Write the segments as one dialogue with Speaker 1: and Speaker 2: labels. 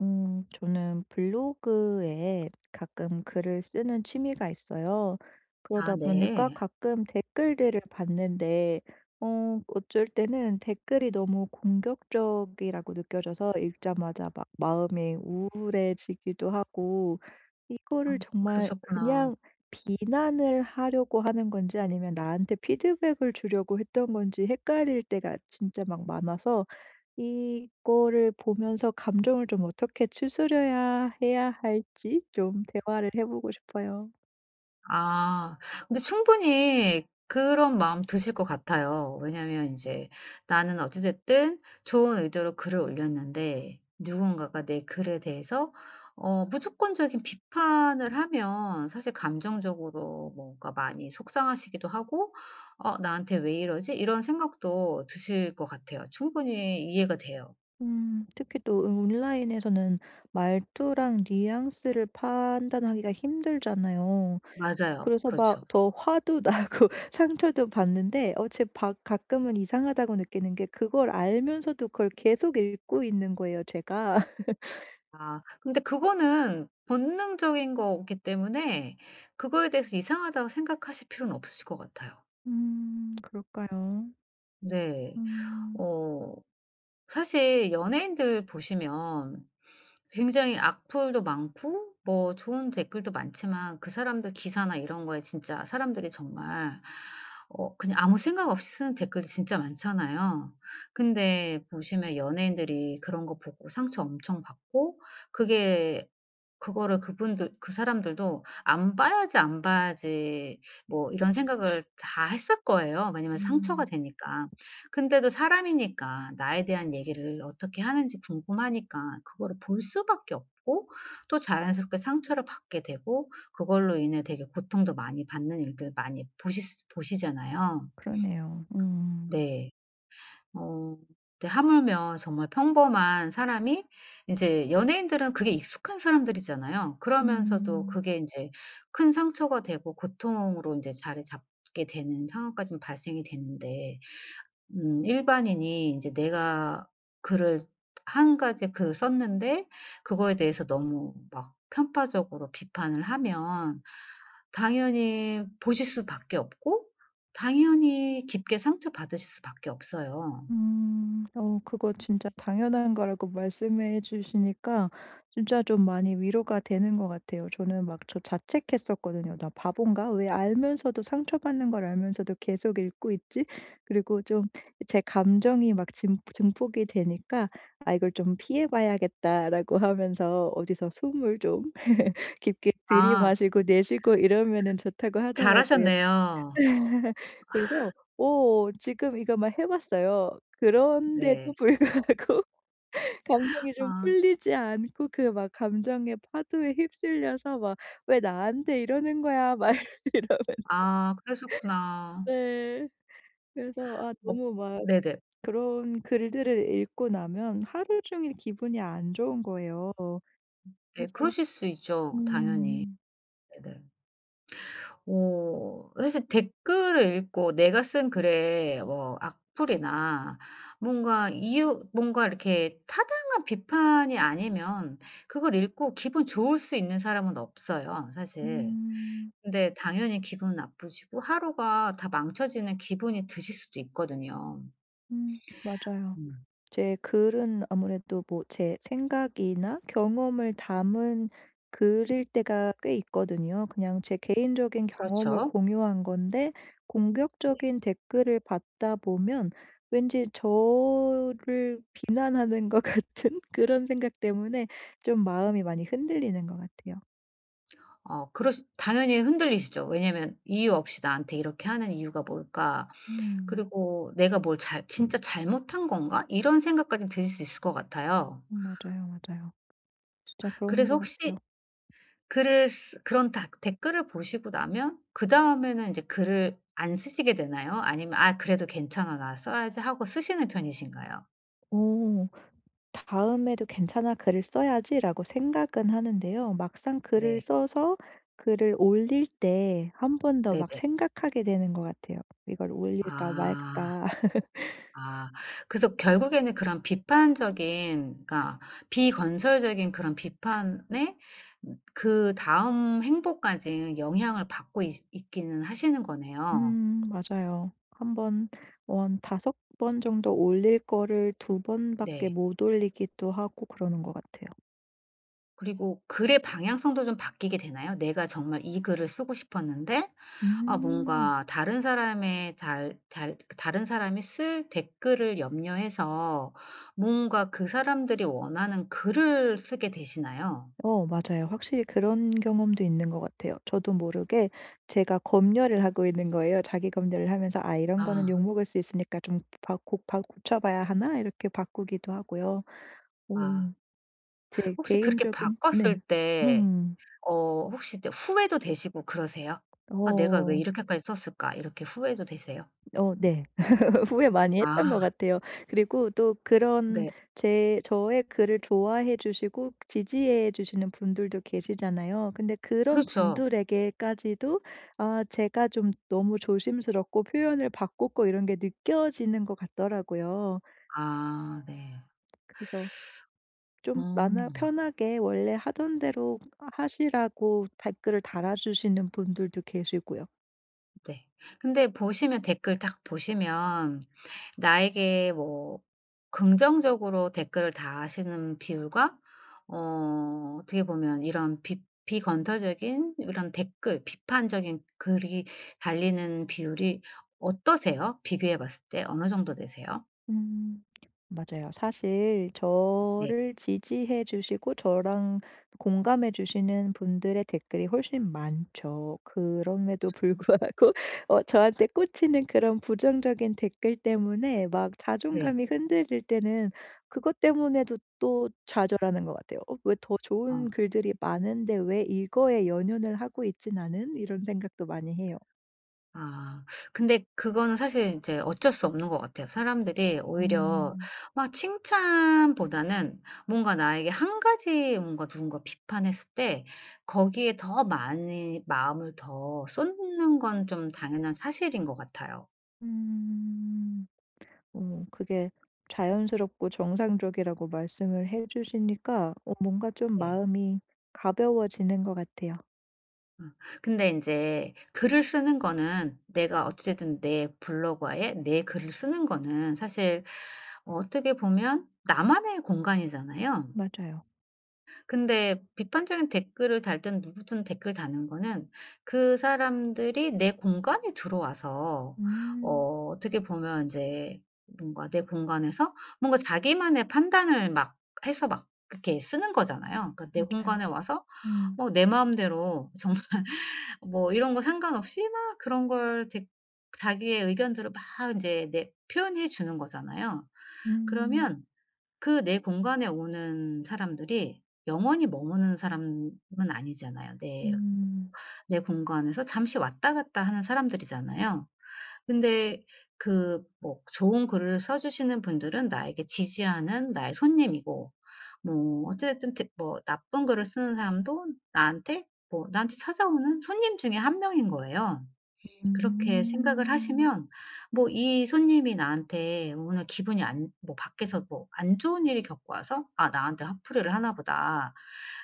Speaker 1: 저는 블로그에 가끔 글을 쓰는 취미가 있어요.
Speaker 2: 아
Speaker 1: 그러다 보니까
Speaker 2: 네.
Speaker 1: 가끔 댓글들을 봤는데 어쩔 때는 댓글이 너무 공격적이라고 느껴져서 읽자마자 막 마음이 우울해지기도 하고 이거를
Speaker 2: 아
Speaker 1: 정말
Speaker 2: 그러셨구나.
Speaker 1: 그냥 비난을 하려고 하는 건지 아니면 나한테 피드백을 주려고 했던 건지 헷갈릴 때가 진짜 막 많아서 이거를 보면서 감정을 좀 어떻게 추스려야 해야 할지 좀 대화를 해 보고 싶어요.
Speaker 2: 아 근데 충분히 그런 마음 드실 것 같아요. 왜냐면 인제 나는 어찌 됐든 좋은 의도로 글을 올렸는데, 누군가가 내 글에 대해서 무조건적인 비판을 하면 사실 감정적으로 뭔가 많이 속상하시기도 하고 '어 나한테 왜 이러지?' 이런 생각도 드실 것 같아요. 충분히 이해가 돼요.
Speaker 1: 특히 또 온라인에서는 말투랑 뉘앙스를 판단하기가 힘들잖아요.
Speaker 2: 맞아요.
Speaker 1: 그래서 막
Speaker 2: 그렇죠.
Speaker 1: 더 화도 나고 상처도 받는데 어 제 바 가끔은 이상하다고 느끼는 게 그걸 알면서도 그걸 계속 읽고 있는 거예요 제가.
Speaker 2: 아 근데 그거는 본능적인 거기 때문에, 그거에 대해서 이상하다고 생각하실 필요는 없으실 것 같아요.
Speaker 1: 그럴까요?
Speaker 2: 네.
Speaker 1: 음.
Speaker 2: 어 사실 연예인들 보시면 굉장히 악플도 많고 뭐 좋은 댓글도 많지만, 그 사람들 기사나 이런 거에 진짜 사람들이 정말 그냥 아무 생각 없이 쓰는 댓글이 진짜 많잖아요. 근데 보시면 연예인들이 그런 거 보고 상처 엄청 받고, 그게 그거를 그분들 그 사람들도 '안 봐야지, 안 봐야지.' 뭐 이런 생각을 다 했을 거예요. 왜냐면 상처가
Speaker 1: 음.
Speaker 2: 되니까. 근데도 사람이니까 나에 대한 얘기를 어떻게 하는지 궁금하니까 그거를 볼 수밖에 없고, 또 자연스럽게 상처를 받게 되고 그걸로 인해 되게 고통도 많이 받는 일들 많이 보시 보시잖아요.
Speaker 1: 그러네요. 음.
Speaker 2: 네. 어 네, 하물며 정말 평범한 사람이, 인제 연예인들은 그게 익숙한 사람들이잖아요. 그러면서도
Speaker 1: 음.
Speaker 2: 그게 인제 큰 상처가 되고 고통으로 인제 자리 잡게 되는 상황까지는 발생이 되는데, 일반인이 이제 내가 글을 한 가지 글을 썼는데 그거에 대해서 너무 막 편파적으로 비판을 하면, 당연히 보실 수밖에 없고 당연히 깊게 상처받으실 수밖에 없어요.
Speaker 1: 음. 그거 진짜 당연한 거라고 말씀해 주시니까 진짜 좀 많이 위로가 되는 것 같아요. 저는 막 저 자책했었거든요. '나 바본가? 왜 알면서도 상처받는 걸 알면서도 계속 읽고 있지?' 그리고 좀 제 감정이 막 진 증폭이 되니까 '아 이걸 좀 피해 봐야겠다.'라고 하면서 어디서 숨을 좀 깊게
Speaker 2: 아
Speaker 1: 들이마시고 내쉬고 이러면은 좋다고 하더라고요.
Speaker 2: 잘하셨네요.
Speaker 1: 그래서 오 지금 이거 막 해 봤어요. 그런데도
Speaker 2: 네.
Speaker 1: 불구하고 감정이 좀
Speaker 2: 아.
Speaker 1: 풀리지 않고 그 막 감정의 파도에 휩쓸려서 막 "왜 나한테 이러는 거야." 막 이러면
Speaker 2: 아 그러셨구나.
Speaker 1: 네. 그래서 아
Speaker 2: 뭐,
Speaker 1: 너무 막
Speaker 2: 네네.
Speaker 1: 그런 글들을 읽고 나면 하루 종일 기분이 안 좋은 거예요.
Speaker 2: 네,
Speaker 1: 그래서
Speaker 2: 그러실 수 있죠, 당연히.
Speaker 1: 음.
Speaker 2: 네네. 사실 댓글을 읽고 내가 쓴 글에 뭐 악플이나 뭔가 이렇게 타당한 비판이 아니면 그걸 읽고 기분 좋을 수 있는 사람은 없어요, 사실.
Speaker 1: 음.
Speaker 2: 근데 당연히 기분 나쁘시고 하루가 다 망쳐지는 기분이 드실 수도 있거든요.
Speaker 1: 맞아요.
Speaker 2: 음.
Speaker 1: 제 글은 아무래도 뭐 제 생각이나 경험을 담은 글일 때가 꽤 있거든요. 그냥 제 개인적인 경험을
Speaker 2: 그렇죠?
Speaker 1: 공유한 건데
Speaker 2: 네.
Speaker 1: 공격적인 댓글을 받다 보면 왠지 저를 비난하는 것 같은 그런 생각 때문에 좀 마음이 많이 흔들리는 것 같아요.
Speaker 2: 어 그러 당연히 흔들리시죠. 왜냐면 '이유 없이 나한테 이렇게 하는 이유가 뭘까?'
Speaker 1: 음.
Speaker 2: 그리고 '내가 뭘 잘 진짜 잘못한 건가?' 이런 생각까지 드실 수 있을 것 같아요.
Speaker 1: 맞아요, 맞아요. 진짜 그러는
Speaker 2: 그래서
Speaker 1: 것
Speaker 2: 혹시
Speaker 1: 같아요.
Speaker 2: 글을 쓰 그런 다 댓글을 보시고 나면 그다음에는 인제 글을 안 쓰시게 되나요? 아니면 '아 그래도 괜찮아. 나 써야지.' 하고 쓰시는 편이신가요?
Speaker 1: 오. '다음에도 괜찮아. 글을 써야지.'라고 생각은 하는데요. 막상 글을
Speaker 2: 네.
Speaker 1: 써서 글을 올릴 때 한 번 더 막
Speaker 2: 네네.
Speaker 1: 생각하게 되는 것 같아요. '이걸 올릴까
Speaker 2: 아.
Speaker 1: 말까.'
Speaker 2: 아. 그래서 결국에는 그런 비판적인, 그러니까 비건설적인 그런 비판에 그다음 행보까지 영향을 받고 있 있기는 하시는 거네요.
Speaker 1: 맞아요. 한 번 원다5번 정도 올릴 거를 두 번밖에
Speaker 2: 네.
Speaker 1: 못 올리기도 하고 그러는 것 같아요.
Speaker 2: 그리고 글의 방향성도 좀 바뀌게 되나요? 내가 정말 이 글을 쓰고 싶었는데 아
Speaker 1: 음.
Speaker 2: 뭔가 다른 사람의 달 달 다른 사람이 쓸 댓글을 염려해서 뭔가 그 사람들이 원하는 글을 쓰게 되시나요?
Speaker 1: 맞아요. 확실히 그런 경험도 있는 것 같아요. 저도 모르게 제가 검열을 하고 있는 거예요. 자기 검열을 하면서 '아 이런 거는
Speaker 2: 아.
Speaker 1: 욕먹을 수 있으니까 좀 바 고 바 고쳐봐야 하나?' 이렇게 바꾸기도 하고요. 오.
Speaker 2: 아.
Speaker 1: 제
Speaker 2: 혹시 그렇게
Speaker 1: 개인적인 네.
Speaker 2: 바꿨을 때
Speaker 1: 음.
Speaker 2: 혹시 이제 후회도 되시고 그러세요? '아 내가 왜
Speaker 1: 어.
Speaker 2: 이렇게까지 썼을까?' 이렇게 후회도 되세요?
Speaker 1: 어 네. 후회 많이 했던 것
Speaker 2: 아.
Speaker 1: 같아요. 그리고 또 그런
Speaker 2: 네.
Speaker 1: 제 저의 글을 좋아해 주시고 지지해 주시는 분들도 계시잖아요. 근데 그런
Speaker 2: 그렇죠.
Speaker 1: 분들에게까지도 아 제가 좀 너무 조심스럽고 표현을 바꿨고 이런 게 느껴지는 것 같더라고요.
Speaker 2: 아 네.
Speaker 1: 그래서 좀 많아
Speaker 2: 음.
Speaker 1: 편하게 원래 하던 대로 하시라고 댓글을 달아주시는 분들도 계시고요.
Speaker 2: 네. 근데 보시면, 댓글 딱 보시면 나에게 뭐 긍정적으로 댓글을 다하시는 비율과 어 어떻게 보면 이런 비 비건설적인 이런 댓글, 비판적인 글이 달리는 비율이 어떠세요? 비교해 봤을 때 어느 정도 되세요?
Speaker 1: 음. 맞아요. 사실
Speaker 2: 네.
Speaker 1: 저를 지지해 주시고 저랑 공감해 주시는 분들의 댓글이 훨씬 많죠. 그럼에도 불구하고 저한테 꽂히는 그런 부정적인 댓글 때문에 막
Speaker 2: 네.
Speaker 1: 자존감이 흔들릴 때는 그것 때문에도 또 좌절하는 것 같아요. '어 왜 더
Speaker 2: 어.
Speaker 1: 좋은 글들이 많은데 왜 이거에 연연을 하고 있지 않는 이런 생각도 많이 해요.
Speaker 2: 아. 근데 그거는 사실 이제 어쩔 수 없는 것 같아요. 사람들이 오히려
Speaker 1: 음.
Speaker 2: 막 칭찬보다는 뭔가 나에게 한 가지, 뭔가 누군가 비판했을 때 거기에 더 많이 마음을 더 쏟는 건 좀 당연한 사실인 것 같아요.
Speaker 1: 음. 그게 자연스럽고 정상적이라고 말씀을 해 주시니까 뭔가 좀
Speaker 2: 네.
Speaker 1: 마음이 가벼워지는 것 같아요.
Speaker 2: 어, 근데 이제 글을 쓰는 거는, 내가 어찌 됐든 내 블로그에 내 글을 쓰는 거는 사실 어떻게 보면 나만의 공간이잖아요.
Speaker 1: 맞아요.
Speaker 2: 근데 비판적인 댓글을 달든 누구든 댓글 다는 거는, 그 사람들이 내 공간에 들어와서
Speaker 1: 음
Speaker 2: 어떻게 보면 인제 뭔가 내 공간에서 뭔가 자기만의 판단을 막 해서 막 그렇게 쓰는 거잖아요. 그러니까 내
Speaker 1: 맞아요.
Speaker 2: 공간에 와서
Speaker 1: 음.
Speaker 2: 뭐 내 마음대로 정말 뭐 이런 거 상관없이 막 그런 걸 댓 자기의 의견들을 막 인제 내 표현해 주는 거잖아요.
Speaker 1: 음.
Speaker 2: 그러면 그 내 공간에 오는 사람들이 영원히 머무는 사람은 아니잖아요. 내
Speaker 1: 음.
Speaker 2: 내 공간에서 잠시 왔다 갔다 하는 사람들이잖아요. 근데 그 뭐 좋은 글을 써 주시는 분들은 나에게 지지하는 나의 손님이고, 뭐 어쨌든 대 뭐 나쁜 글을 쓰는 사람도 나한테 찾아오는 손님 중에 한 명인 거예요. 그렇게 생각을
Speaker 1: 음.
Speaker 2: 하시면 뭐 이 손님이 나한테 오늘 기분이 안 뭐 밖에서 뭐 안 좋은 일이 겪고 와서 '아 나한테 화풀이를 하나 보다.'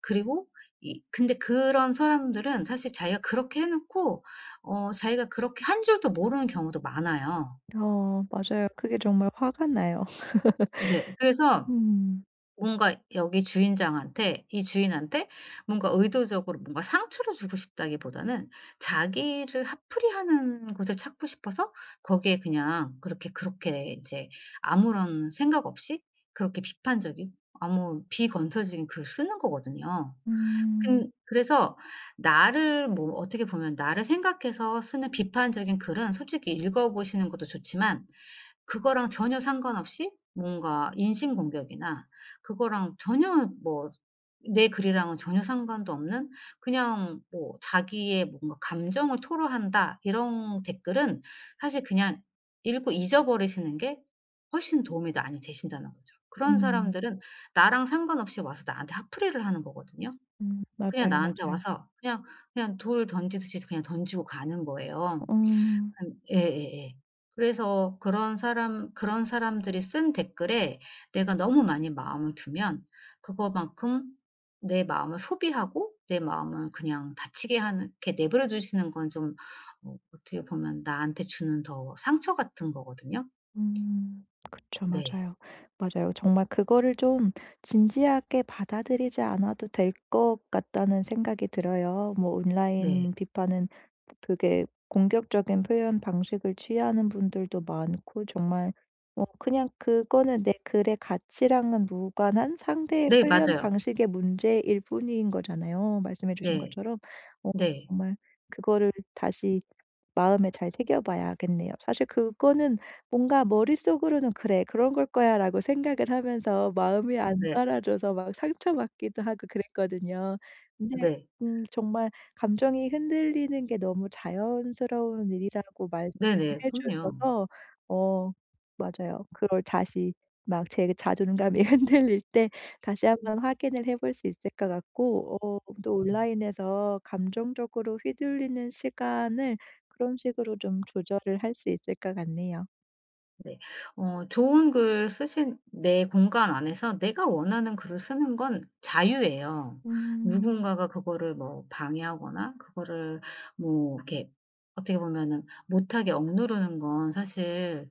Speaker 2: 그리고 이 근데 그런 사람들은 사실 자기가 그렇게 해 놓고 자기가 그렇게 한 줄도 모르는 경우도 많아요.
Speaker 1: 맞아요. 그게 정말 화가 나요.
Speaker 2: 네. 그래서
Speaker 1: 음.
Speaker 2: 뭔가 여기 주인장한테 이 주인한테 뭔가 의도적으로 뭔가 상처를 주고 싶다기보다는 자기를 핫풀이하는 곳을 찾고 싶어서 거기에 그냥 그렇게 그렇게 이제 아무런 생각 없이 그렇게 비판적이고 아무 비건설적인 글을 쓰는 거거든요.
Speaker 1: 음.
Speaker 2: 근 그래서 나를 뭐 어떻게 보면 나를 생각해서 쓰는 비판적인 글은 솔직히 읽어 보시는 것도 좋지만, 그거랑 전혀 상관없이 뭔가 인신공격이나 그거랑 전혀 뭐 내 글이랑은 전혀 상관도 없는 그냥 뭐 자기의 뭔가 감정을 토로한다 이런 댓글은 사실 그냥 읽고 잊어버리시는 게 훨씬 도움이 많이 되신다는 거죠. 그런
Speaker 1: 음.
Speaker 2: 사람들은 나랑 상관없이 와서 나한테 핫플이를 하는 거거든요.
Speaker 1: 음.
Speaker 2: 그냥
Speaker 1: 맞아요,
Speaker 2: 나한테
Speaker 1: 맞아요.
Speaker 2: 와서 그냥 돌 던지듯이 그냥 던지고 가는 거예요.
Speaker 1: 음.
Speaker 2: 음, 예예예. 그래서 그런 사람들이 쓴 댓글에 내가 너무 많이 마음을 두면, 그거만큼 내 마음을 소비하고 내 마음을 그냥 다치게 하는, 이렇게 내버려 두시는 건 좀 어떻게 보면 나한테 주는 더 상처 같은 거거든요.
Speaker 1: 음. 그쵸.
Speaker 2: 네.
Speaker 1: 맞아요. 맞아요. 정말 그거를 좀 진지하게 받아들이지 않아도 될 것 같다는 생각이 들어요. 뭐 온라인
Speaker 2: 네.
Speaker 1: 비판은 그게 공격적인 표현 방식을 취하는 분들도 많고 정말 그냥 그거는 내 글의 가치랑은 무관한 상대의
Speaker 2: 네,
Speaker 1: 표현
Speaker 2: 맞아요.
Speaker 1: 방식의 문제일 뿐인 거잖아요, 말씀해 주신
Speaker 2: 네.
Speaker 1: 것처럼. 어
Speaker 2: 네.
Speaker 1: 정말 그거를 다시 마음에 잘 새겨 봐야겠네요. 사실 그거는 뭔가 머릿속으로는 '그래 그런 걸 거야.'라고 생각을 하면서 마음이 안
Speaker 2: 네.
Speaker 1: 따라줘서 막 상처받기도 하고 그랬거든요. 근데
Speaker 2: 네.
Speaker 1: 정말 감정이 흔들리는 게 너무 자연스러운 일이라고
Speaker 2: 네네.
Speaker 1: 말씀해
Speaker 2: 그럼요.
Speaker 1: 주셔서 어 맞아요. 그걸 다시 막 제 자존감이 흔들릴 때 다시 한번 확인을 해볼 수 있을 것 같고 또
Speaker 2: 네.
Speaker 1: 온라인에서 감정적으로 휘둘리는 시간을 그런 식으로 좀 조절을 할 수 있을 것 같네요.
Speaker 2: 네. 좋은 글 쓰신, 내 공간 안에서 내가 원하는 글을 쓰는 건 자유예요.
Speaker 1: 음.
Speaker 2: 누군가가 그거를 뭐 방해하거나 그거를 뭐 이렇게 어떻게 보면은 못하게 억누르는 건 사실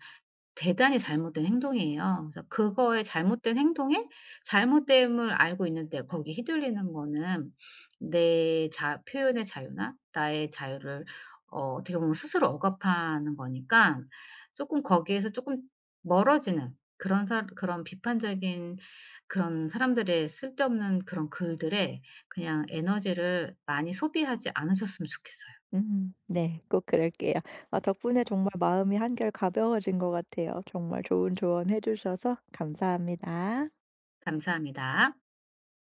Speaker 2: 대단히 잘못된 행동이에요. 그래서 그거의 잘못된 행동에 잘못됨을 알고 있는데 거기 휘둘리는 거는 내 자 표현의 자유나 나의 자유를 어떻게 보면 스스로 억압하는 거니까, 쪼끔 거기에서 쪼끔 멀어지는, 그런 비판적인 그런 사람들의 쓸데없는 그런 글들에 그냥 에너지를 많이 소비하지 않으셨으면 좋겠어요.
Speaker 1: 음. 네. 꼭 그럴게요. 아 덕분에 정말 마음이 한결 가벼워진 것 같아요. 정말 좋은 조언 해 주셔서 감사합니다.
Speaker 2: 감사합니다.